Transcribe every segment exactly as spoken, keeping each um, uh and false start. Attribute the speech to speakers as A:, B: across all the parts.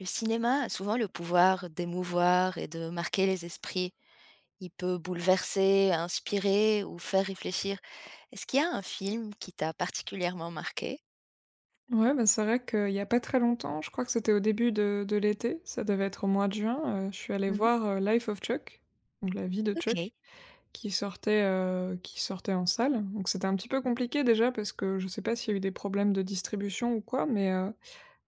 A: Le cinéma a souvent le pouvoir d'émouvoir et de marquer les esprits. Il peut bouleverser, inspirer ou faire réfléchir. Est-ce qu'il y a un film qui t'a particulièrement marqué?
B: Ouais, bah, c'est vrai qu'il y a pas très longtemps, je crois que c'était au début de de l'été, ça devait être au mois de juin, heu, je suis allée
A: Mmh.
B: voir, heu, Life of Chuck, donc la vie de
A: OK.
B: Chuck, qui sortait, heu, qui sortait en salle. Donc c'était un petit peu
A: Mmh.
B: compliqué déjà parce que je sais pas s'il y a eu des problèmes de distribution ou quoi, mais, heu,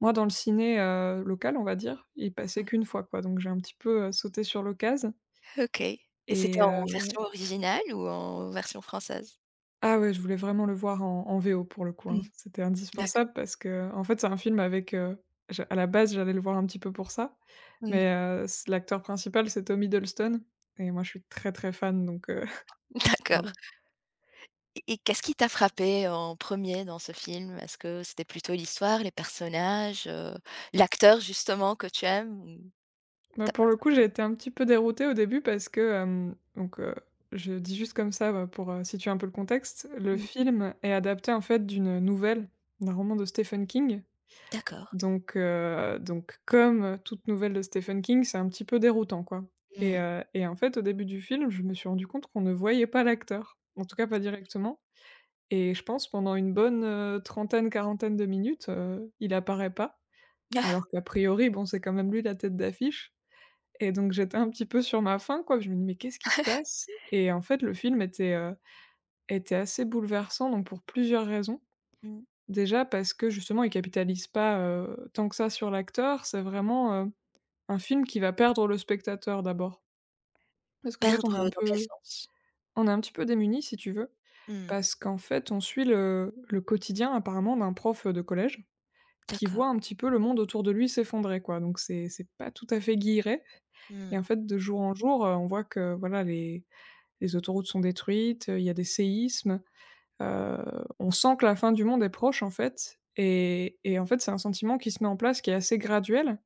B: moi dans le ciné, heu, local, on va dire, il passait
A: Oui.
B: qu'une fois quoi, donc j'ai un petit peu, heu, sauté sur l'occasion.
A: OK, et c'était
B: et
A: en
B: euh,
A: version originale ou en version française?
B: Ah ouais, je voulais vraiment le voir en en V O pour le coup,
A: Mmh,
B: hein. C'était
A: d'accord.
B: indispensable parce que en fait, c'est un film avec, heu, je à la base, j'allais le voir un petit peu pour ça,
A: Mmh,
B: mais heu, c l'acteur principal, c'est Tom Hiddleston et moi, je suis très, très fan donc heu,
A: d'accord.
B: voilà.
A: Et et qu'est-ce qui t'a frappé en premier dans ce film? Est-ce que c'était plutôt l'histoire, les personnages, heu, l'acteur justement que tu aimes ou
B: Bah,
A: tu pas?
B: pour le coup, j'ai été un petit peu déroutée au début parce que, hem, donc heu, je dis juste comme ça, bah, pour, heu, situer un peu le contexte. Le
A: Mmh,
B: film est adapté, en fait, d'une nouvelle, d'un roman de Stephen King.
A: d'accord.
B: Donc heu, donc comme, toute nouvelle de Stephen King, c'est un petit peu déroutant, quoi, et
A: Mmh.
B: heu et en fait, au début du film, je me suis rendu compte qu'on ne voyait pas l'acteur, en tout cas pas directement et je pense pendant une bonne, heu, trentaine, quarantaine de minutes, heu, il apparaît pas. Alors qu'a priori, bon, c'est quand même lui la tête d'affiche et donc j'étais un petit peu sur ma faim, quoi. Je me dis: «Mais qu'est-ce qui se passe ?» Et en fait, le film était, heu, était assez bouleversant, donc pour plusieurs raisons. Déjà parce que justement ils capitalisent pas, heu, tant que ça sur l'acteur, c'est vraiment, heu, un film qui va perdre le spectateur d'abord. Parce qu'en fait on est
A: Perdre,
B: un
A: heu, dans quel
B: peu
A: sens?
B: on est un petit peu démunis si tu veux,
A: Mmh.
B: parce qu'en fait on suit le le quotidien apparemment d'un prof, de collège qui
A: D'accord.
B: voit un petit peu le monde autour de lui s'effondrer quoi, donc c'est c'est pas tout à fait guilleret.
A: Mmh.
B: Et en fait de jour en jour, heu, on voit que voilà les les autoroutes sont détruites, heu, il y a des séismes. Heu, on sent que la fin du monde est proche, en fait, et et en fait, c'est un sentiment qui se met en place, qui est assez graduel,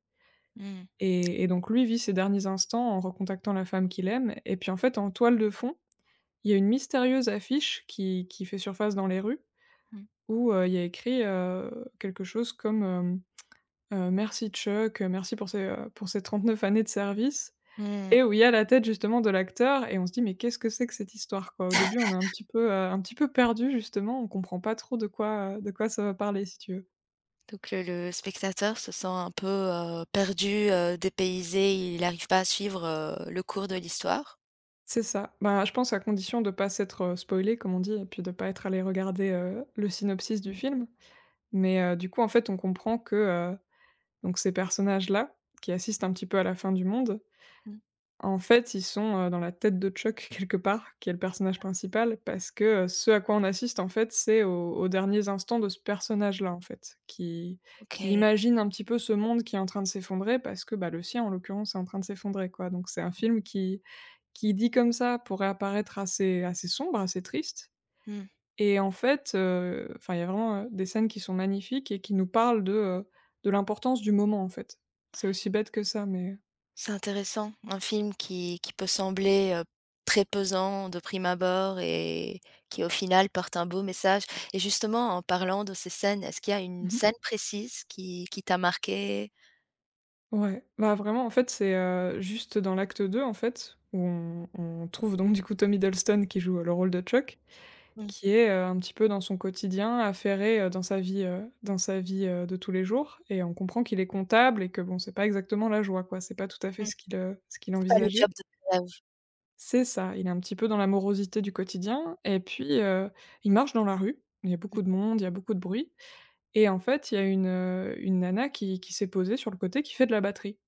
A: Mmh.
B: et et donc lui vit ses derniers instants en recontactant la femme qu'il aime et puis, en fait, en toile de fond, il y a une mystérieuse affiche qui qui fait surface dans les rues
A: Mmh.
B: où, heu, il y a écrit, heu, quelque chose comme, hem, heu: «Merci Chuck, merci pour ces, heu, pour ces trente-neuf années de service».
A: Mmh.
B: Et où il y a la tête justement de l'acteur et on se dit: «Mais qu'est-ce que c'est que cette histoire ?» quoi. Au début, on est un petit peu, heu, un petit peu perdu justement, on comprend pas trop de quoi, heu, de quoi ça va parler si tu veux.
A: Donc heu, le spectateur se sent un peu, heu, perdu, heu, dépaysé, il arrive pas à suivre, heu, le cours de l'histoire?
B: C'est ça. Bah, je pense à condition de pas s'être, heu, spoilé comme on dit et puis de pas être allé regarder, heu, le synopsis du
A: Mmh.
B: film. Mais, heu, du coup en fait on comprend que, heu, donc ces personnages-là, qui assistent un petit peu à la fin du monde.
A: Mmh.
B: En fait, ils sont, heu, dans la tête de Chuck quelque part, qui est le personnage principal, parce que, heu, ce à quoi on assiste, en fait, c'est aux aux derniers instants de ce personnage-là, en fait, qui qui
A: OK.
B: imagine un petit peu ce monde qui est en train de s'effondrer parce que, bah, le sien, en l'occurrence, est en train de s'effondrer, quoi. Donc c'est un film qui qui dit comme ça pourrait apparaître assez assez sombre, assez triste
A: Mmh.
B: et en fait, heu, enfin, il y a vraiment, heu, des scènes qui sont magnifiques et qui nous parlent de, heu, de l'importance du moment, en fait. C'est aussi bête que ça, mais
A: C'est intéressant. Un film qui qui peut sembler, heu, très pesant de prime abord et qui au final porte un beau message. Et justement en parlant de ces scènes, est-ce qu'il y a une scène précise qui qui t'a marquée?
B: ouais, bah, vraiment, en fait, c'est, heu, juste dans l'acte deux en fait, où on on trouve donc du coup Tom Hiddleston qui joue, heu, le rôle de Chuck,
A: Mmh.
B: qui est, heu, un petit peu dans son quotidien, affairé, heu, dans sa vie, heu, dans sa vie, heu, de tous les jours et on comprend qu'il est comptable et que bon, c'est pas exactement la joie, quoi. C'est pas tout à fait
A: Mmh.
B: ce qu'il, heu, ce qu'il
A: Pas le
B: envisageait.
A: job de tes rêves.
B: C'est ça, il est un petit peu dans la morosité du quotidien et puis, heu, il marche dans la rue, il y a beaucoup de monde, il y a beaucoup de bruit et en fait, il y a une, heu, une nana qui qui s'est posée sur le côté, qui fait de la batterie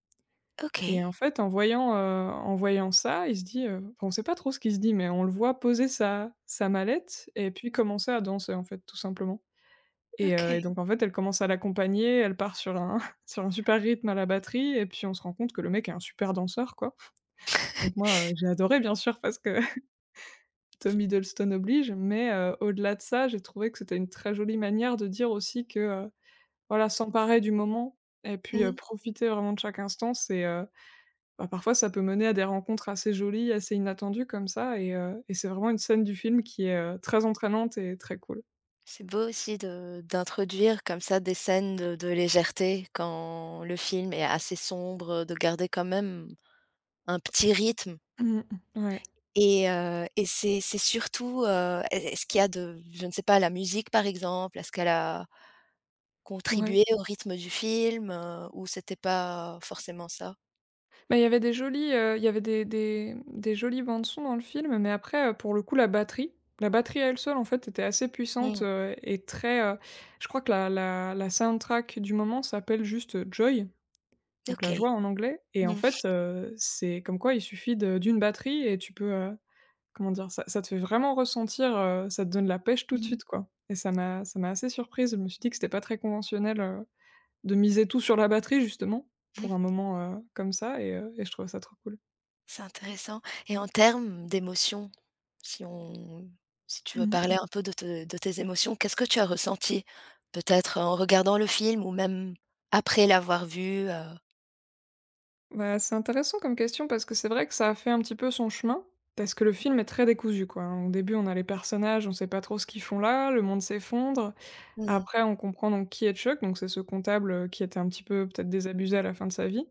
B: et en
A: OK.
B: fait, en voyant, heu, en voyant ça, il se dit, heu enfin, on sait pas trop ce qu'il se dit, mais on le voit poser sa sa mallette et puis commencer à danser, en fait, tout simplement. Et heu
A: OK.
B: et donc en fait, elle commence à l'accompagner, elle part sur un sur un super rythme à la batterie et puis on se rend compte que le mec est un super danseur, quoi. Donc moi, heu, j'ai adoré bien sûr parce que Tom Hiddleston oblige, mais heu, au-delà de ça, j'ai trouvé que c'était une très jolie manière de dire aussi que, heu, voilà, s'emparer du moment et puis, heu,
A: Oui,
B: profiter vraiment de chaque instant, c'est, euh, bah, parfois ça peut mener à des rencontres assez jolies, assez inattendues comme ça et heu et c'est vraiment une scène du film qui est, heu, très entraînante et très cool.
A: c'est beau aussi de d'introduire comme ça des scènes de de légèreté quand le film est assez sombre, de garder quand même un petit rythme.
B: Mmh. Ouais,
A: Et heu et c'est c'est surtout, heu, est ce qu'il y a de je ne sais pas, la musique par exemple, est-ce qu'elle a
B: ouais.
A: contribué au rythme du film, heu, ou c'était pas forcément ça?
B: Bah, il y avait des jolies, heu, il y avait des des des jolies bandes son dans le film, mais après, heu, pour le coup la batterie la batterie à elle seule en fait était assez puissante,
A: Mmh.
B: heu et très, heu je crois que la la la soundtrack du moment s'appelle juste, heu, Joy, donc la
A: OK.
B: joie en anglais et en
A: Mmh.
B: fait, heu, c'est comme quoi il suffit de d'une batterie et tu peux, heu Comment dire? Ça ça te fait vraiment ressentir, heu, ça te donne la pêche tout de
A: Mmh.
B: suite, quoi et ça m'a ça m'a assez surprise. Je me suis dit que c'était pas très conventionnel, heu, de miser tout sur la batterie justement, pour un moment, heu, comme ça et heu et je trouvais ça trop cool.
A: C'est intéressant. Et en termes d'émotions, si on si tu veux
B: Mmh.
A: parler, Mmh, un peu de te de tes émotions, qu'est-ce que tu as ressenti? Peut-être en regardant le film ou même après l'avoir vu, heu?
B: Bah, c'est intéressant comme question parce que c'est vrai que ça a fait un petit peu son chemin, parce que le film est très décousu, quoi, hein. Au début, on a les personnages, on sait pas trop ce qu'ils font là, le monde s'effondre.
A: Mmh,
B: Après, on comprend donc qui est Chuck, donc c'est ce comptable, heu, qui était un petit peu peut-être désabusé à la fin de sa vie.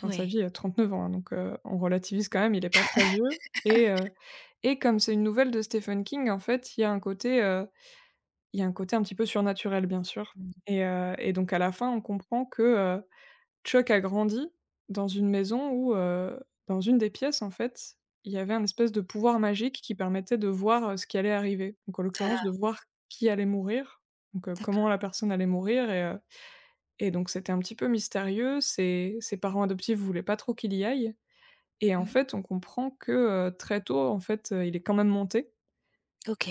B: Fin de sa
A: ouais.
B: vie, il a trente-neuf ans, hein, donc heu, on relativise quand même, il est pas très vieux et heu et comme c'est une nouvelle de Stephen King, en fait, il y a un côté, heu, il y a un côté un petit peu surnaturel, bien sûr,
A: Mmh.
B: et heu et donc à la fin, on comprend que, heu, Chuck a grandi dans une maison où, heu, dans une des pièces, en fait, il y avait un espèce de pouvoir magique qui permettait de voir, heu, ce qui allait arriver. Donc en
A: Tu
B: l'occurrence, de voir qui allait mourir, donc heu, comment
A: D'accord.
B: la personne allait mourir et heu et donc c'était un petit peu mystérieux. Ses ses parents adoptifs voulaient pas trop qu'il y aille et en
A: Mmh.
B: fait, on comprend que, heu, très tôt, en fait, heu, il est quand même monté,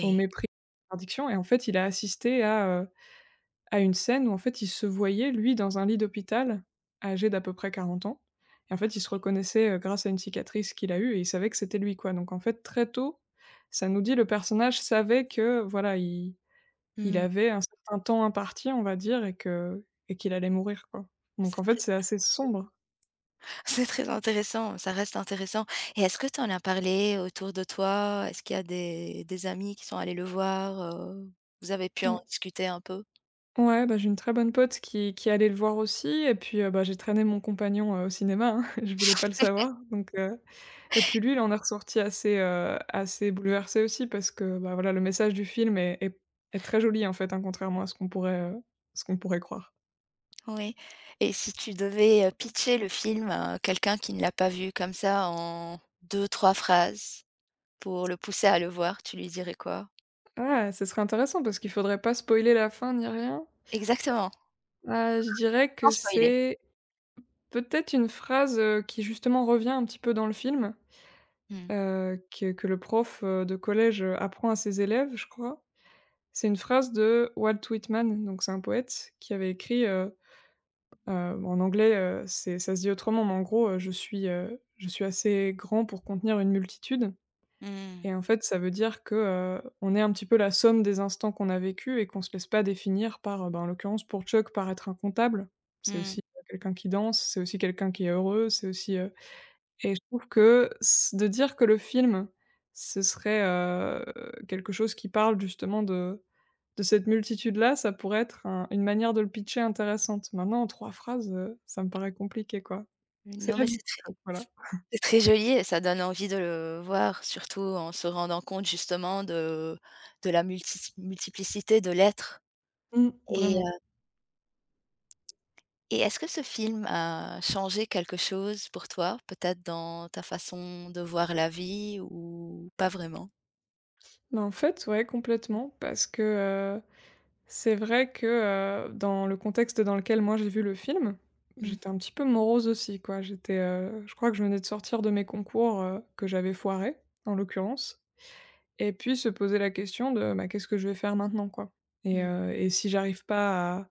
B: au mépris de interdiction et en fait, il a assisté à, heu, à une scène où, en fait, il se voyait, lui, dans un lit d'hôpital, âgé d'à peu près quarante ans et en fait, il se reconnaissait, heu, grâce à une cicatrice qu'il a eue et il savait que c'était lui, quoi. Donc en fait, très tôt, ça nous dit le personnage savait que, voilà, il il
A: Mmh.
B: avait un certain temps imparti, on va dire et que et qu'il allait mourir, quoi. Donc
A: C'est
B: en fait,
A: très
B: c'est assez sombre.
A: c'est très intéressant, ça reste intéressant. Et est-ce que tu en as parlé autour de toi? Est-ce qu'il y a des des amis qui sont allés le voir, heu? Vous avez pu en discuter un peu?
B: Ouais, bah, j'ai une très bonne pote qui qui est allée le voir aussi et puis, heu, bah, j'ai traîné mon compagnon, heu, au cinéma, hein, je voulais pas le savoir donc heu et puis lui, il en est ressorti assez, heu, assez bouleversé aussi parce que, bah, voilà, le message du film est est est très joli, en fait, hein, contrairement à ce qu'on pourrait, heu, ce qu'on pourrait croire.
A: Oui. Et si tu devais, heu, pitcher le film à quelqu'un qui ne l'a pas vu comme ça en deux trois phrases pour le pousser à le voir, tu lui dirais quoi?
B: Ah, ce serait intéressant parce qu'il faudrait pas spoiler la fin ni rien.
A: Exactement,
B: Heu, je dirais
A: sans
B: que
A: spoiler.
B: c'est peut-être une phrase, heu, qui justement revient un petit peu dans le film,
A: Mmh.
B: heu, que que le prof, heu, de collège, heu, apprend à ses élèves, je crois. C'est une phrase de Walt Whitman, donc c'est un poète qui avait écrit, heu heu, en anglais, heu, c'est ça se dit autrement, mais en gros, heu: «Je suis, heu, je suis assez grand pour contenir une multitude»,
A: Mmh.
B: et en fait, ça veut dire que, heu, on est un petit peu la somme des instants qu'on a vécus et qu'on se laisse pas définir par, heu, bah, en l'occurrence pour Chuck, par être un comptable. C'est
A: Mmh.
B: aussi, heu, quelqu'un qui danse, c'est aussi quelqu'un qui est heureux, c'est aussi, heu et je trouve que s de dire que le film, ce serait, heu, quelque chose qui parle justement de de cette multitude-là, ça pourrait être un une manière de le pitcher intéressante. Maintenant, en trois phrases, heu, ça me paraît compliqué, quoi. C'est
A: Non
B: la
A: mais
B: vie,
A: c'est très
B: en fait, voilà.
A: c'est très joli et ça donne envie de le voir, surtout en se rendant compte justement de de la multi multiplicité de l'être.
B: Mmh,
A: et
B: vraiment.
A: heu et est-ce que ce film a changé quelque chose pour toi, peut-être dans ta façon de voir la vie ou pas vraiment?
B: Bah, en fait, ouais, complètement, parce que, heu, c'est vrai que, heu, dans le contexte dans lequel moi j'ai vu le film,
A: Mmh.
B: j'étais un petit peu morose aussi, quoi. J'étais, heu, je crois que je venais de sortir de mes concours, heu, que j'avais foirés, en l'occurrence, et puis se poser la question de: «Bah, qu'est-ce que je vais faire maintenant, quoi?» et
A: Mmh,
B: heu, et si j'arrive pas à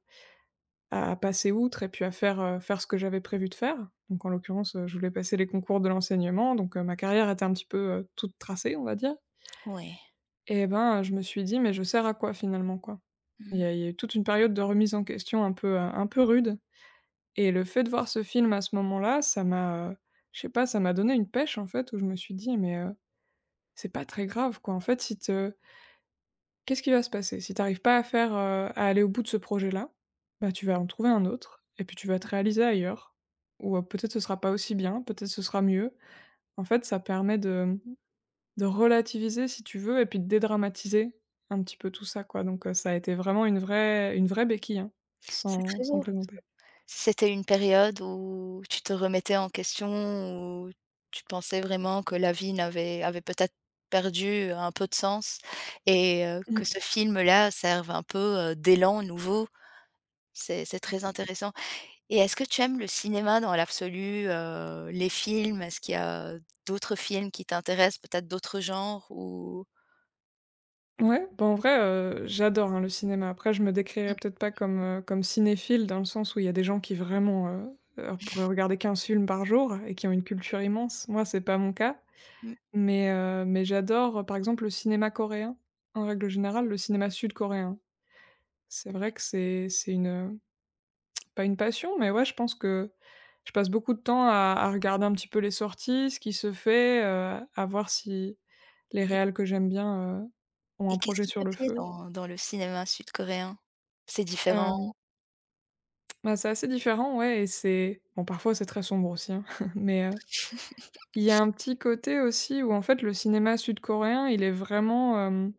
B: à passer outre et puis à faire, heu, faire ce que j'avais prévu de faire. Donc en l'occurrence, heu, je voulais passer les concours de l'enseignement, donc heu, ma carrière était un petit peu, heu, toute tracée, on va dire,
A: ouais.
B: et ben, heu, je me suis dit: «Mais je sers à quoi finalement, quoi?» Il y
A: Mmh.
B: a il y a eu toute une période de remise en question un peu, heu, un peu rude, et le fait de voir ce film à ce moment-là, ça m'a, heu, je sais pas, ça m'a donné une pêche en fait où je me suis dit: «Mais heu, c'est pas très grave quoi, en fait si te qu'est-ce qui va se passer? Si tu arrives pas à faire, heu, à aller au bout de ce projet-là, bah, tu vas en trouver un autre et puis tu vas te réaliser ailleurs ou, heu, peut-être ce sera pas aussi bien, peut-être ce sera mieux. En fait, ça permet de, mmh,
A: Mmh.
B: de relativiser si tu veux et puis de dédramatiser un petit peu tout ça quoi, donc, heu, ça a été vraiment une vraie une vraie béquille, hein,
A: C'est
B: sans
A: très
B: sans
A: beau.
B: plaisanter.»
A: C'était une période où tu te remettais en question, où tu pensais vraiment que la vie n'avait avait peut-être perdu un peu de sens, et heu, que
B: Mmh.
A: ce film-là serve un peu, heu, d'élan nouveau. C'est c'est très intéressant. Et est-ce que tu aimes le cinéma dans l'absolu, heu, les films? Est-ce qu'il y a d'autres films qui t'intéressent, peut-être d'autres genres ou?
B: Ouais, bah, en vrai, heu, j'adore, hein, le cinéma. Après, je me décrirais
A: Mmh.
B: peut-être pas comme, heu, comme cinéphile dans le sens où il y a des gens qui vraiment, heu, heu, pourraient regarder quinze films par jour et qui ont une culture immense. Moi, c'est pas mon cas,
A: Mh.
B: mais heu, mais j'adore, euh, par exemple, le cinéma coréen, en règle générale, le cinéma sud-coréen. C'est vrai que c'est c'est une, pas une passion, mais ouais, je pense que je passe beaucoup de temps à à regarder un petit peu les sorties, ce qui se fait, heu, à voir si les réals que j'aime bien, heu, ont
A: Et
B: un
A: qu'est-ce
B: projet
A: qui te
B: sur le
A: plaît
B: feu.
A: dans dans le cinéma sud-coréen? C'est différent?
B: Euh, Bah, c'est assez différent, ouais, et c'est bon parfois c'est très sombre aussi, hein, mais heu, il y a un petit côté aussi où en fait le cinéma sud-coréen il est vraiment, hem,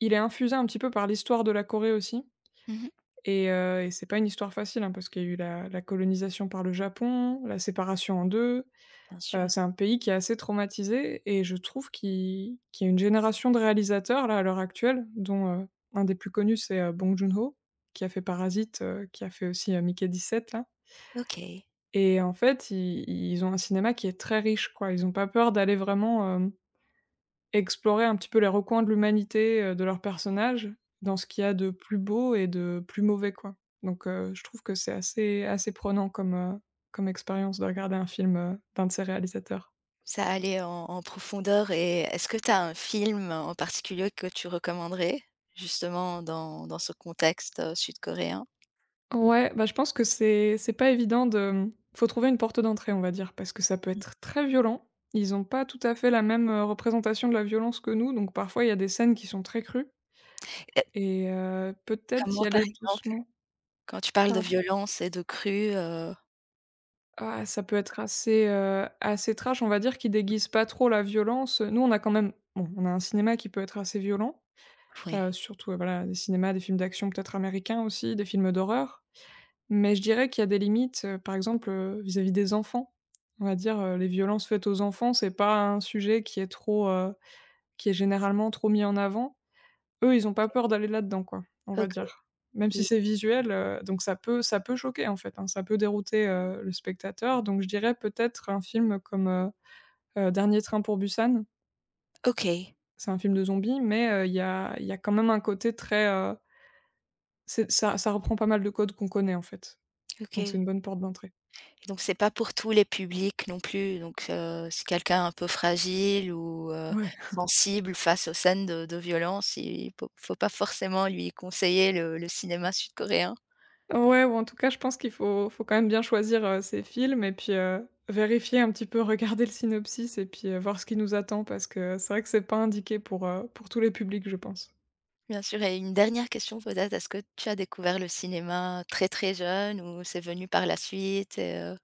B: il est infusé un petit peu par l'histoire de la Corée aussi,
A: Mmh.
B: et heu et c'est pas une histoire facile, hein, parce qu'il y a eu la la colonisation par le Japon, la séparation en deux.
A: Bien
B: heu,
A: sûr.
B: c'est un pays qui est assez traumatisé et je trouve qu'il qu'il y a une génération de réalisateurs là à l'heure actuelle dont, heu, un des plus connus c'est, heu, Bong Joon-ho qui a fait Parasite, heu, qui a fait aussi, heu, Mickey dix-sept là.
A: OK.
B: Et en fait, i ils ont un cinéma qui est très riche, quoi. Ils ont pas peur d'aller vraiment, hem, explorer un petit peu les recoins de l'humanité, heu, de leurs personnages, dans ce qu'il y a de plus beau et de plus mauvais, quoi. Donc heu, je trouve que c'est assez assez prenant comme, heu, comme expérience de regarder un film, heu, d'un de ces réalisateurs.
A: Ça allait en en profondeur. Et est-ce que tu as un film en particulier que tu recommanderais, justement dans dans ce contexte, heu, sud-coréen?
B: Ouais, bah, je pense que c'est c'est pas évident de, mmh, faut trouver une porte d'entrée, on va dire, parce que ça peut être très violent. Ils ont pas tout à fait la même, heu, représentation de la violence que nous, donc parfois il y a des scènes qui sont très crues.
A: Et
B: Et heu, peut-être
A: comment,
B: y
A: par
B: aller
A: exemple,
B: doucement.
A: quand tu parles de
B: Pardon?
A: violence et de cru, heu
B: Ah, ça peut être assez, heu, assez trash, on va dire, qui déguise pas trop la violence. Nous, on a quand même bon, on a un cinéma qui peut être assez violent, heu,
A: oui.
B: surtout, heu, voilà, des cinémas, des films d'action peut-être américains aussi, des films d'horreur. Mais je dirais qu'il y a des limites, heu, par exemple, heu, vis-à-vis des enfants. On va dire, heu, les violences faites aux enfants, c'est pas un sujet qui est trop, heu, qui est généralement trop mis en avant. Eux, ils ont pas peur d'aller là-dedans, quoi, on
A: OK.
B: va dire. Même si
A: I
B: c'est visuel, heu, donc ça peut ça peut choquer, en fait, hein, ça peut dérouter, heu, le spectateur, donc je dirais peut-être un film comme, heu heu, Dernier train pour Busan.
A: OK.
B: C'est un film de zombies, mais, heu, il y a il y a quand même un côté très, heu, c'est ça ça reprend pas mal de codes qu'on connaît, en fait, donc c'est
A: OK.
B: une bonne porte d'entrée.
A: Et Donc c'est pas pour tous les publics non plus, donc heu, si quelqu'un est un peu fragile ou heu,
B: Ouais.
A: sensible face aux scènes de de violence, il faut faut pas forcément lui conseiller le le cinéma sud-coréen.
B: Ouais, ou en tout cas, je pense qu'il faut faut quand même bien choisir, heu, ses films et puis, heu, vérifier un petit peu, regarder le synopsis et puis, heu, voir ce qui nous attend parce que c'est vrai que c'est pas indiqué pour, heu, pour tous les publics, je pense.
A: Bien sûr. Et une dernière question peut-être, est-ce que tu as découvert le cinéma très, très jeune ou c'est venu par la suite et heu?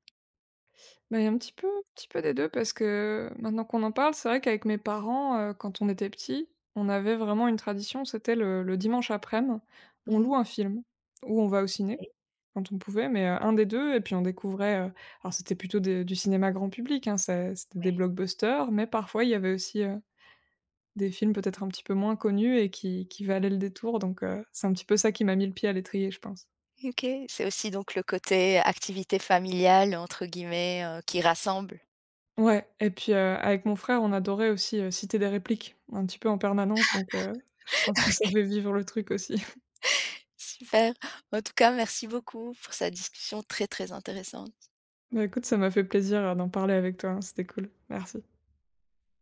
B: Bah, il y a un petit peu petit peu des deux parce que, maintenant qu'on en parle, c'est vrai qu'avec mes parents, heu, quand on était petits, on avait vraiment une tradition, c'était le le dimanche midi on
A: Mmh.
B: loue un film ou on va au ciné,
A: Et
B: quand on pouvait, mais heu, un des deux, et puis on découvrait, heu alors c'était plutôt des du cinéma grand public, hein, c'est c'était des
A: ouais.
B: blockbusters, mais parfois il y avait aussi, heu, des films peut-être un petit peu moins connus et qui qui valaient le détour donc heu, c'est un petit peu ça qui m'a mis le pied à l'étrier, je pense.
A: OK, c'est aussi donc le côté «activité familiale» entre guillemets, heu, qui rassemble.
B: Ouais et puis, heu, avec mon frère, on adorait aussi, heu, citer des répliques, un petit peu en permanence donc heu, je pense que ça fait vivre le truc aussi.
A: Super. En tout cas merci beaucoup pour cette discussion très, très intéressante.
B: Bah, écoute, ça m'a fait plaisir, heu, d'en parler avec toi, hein, c'était cool. Merci.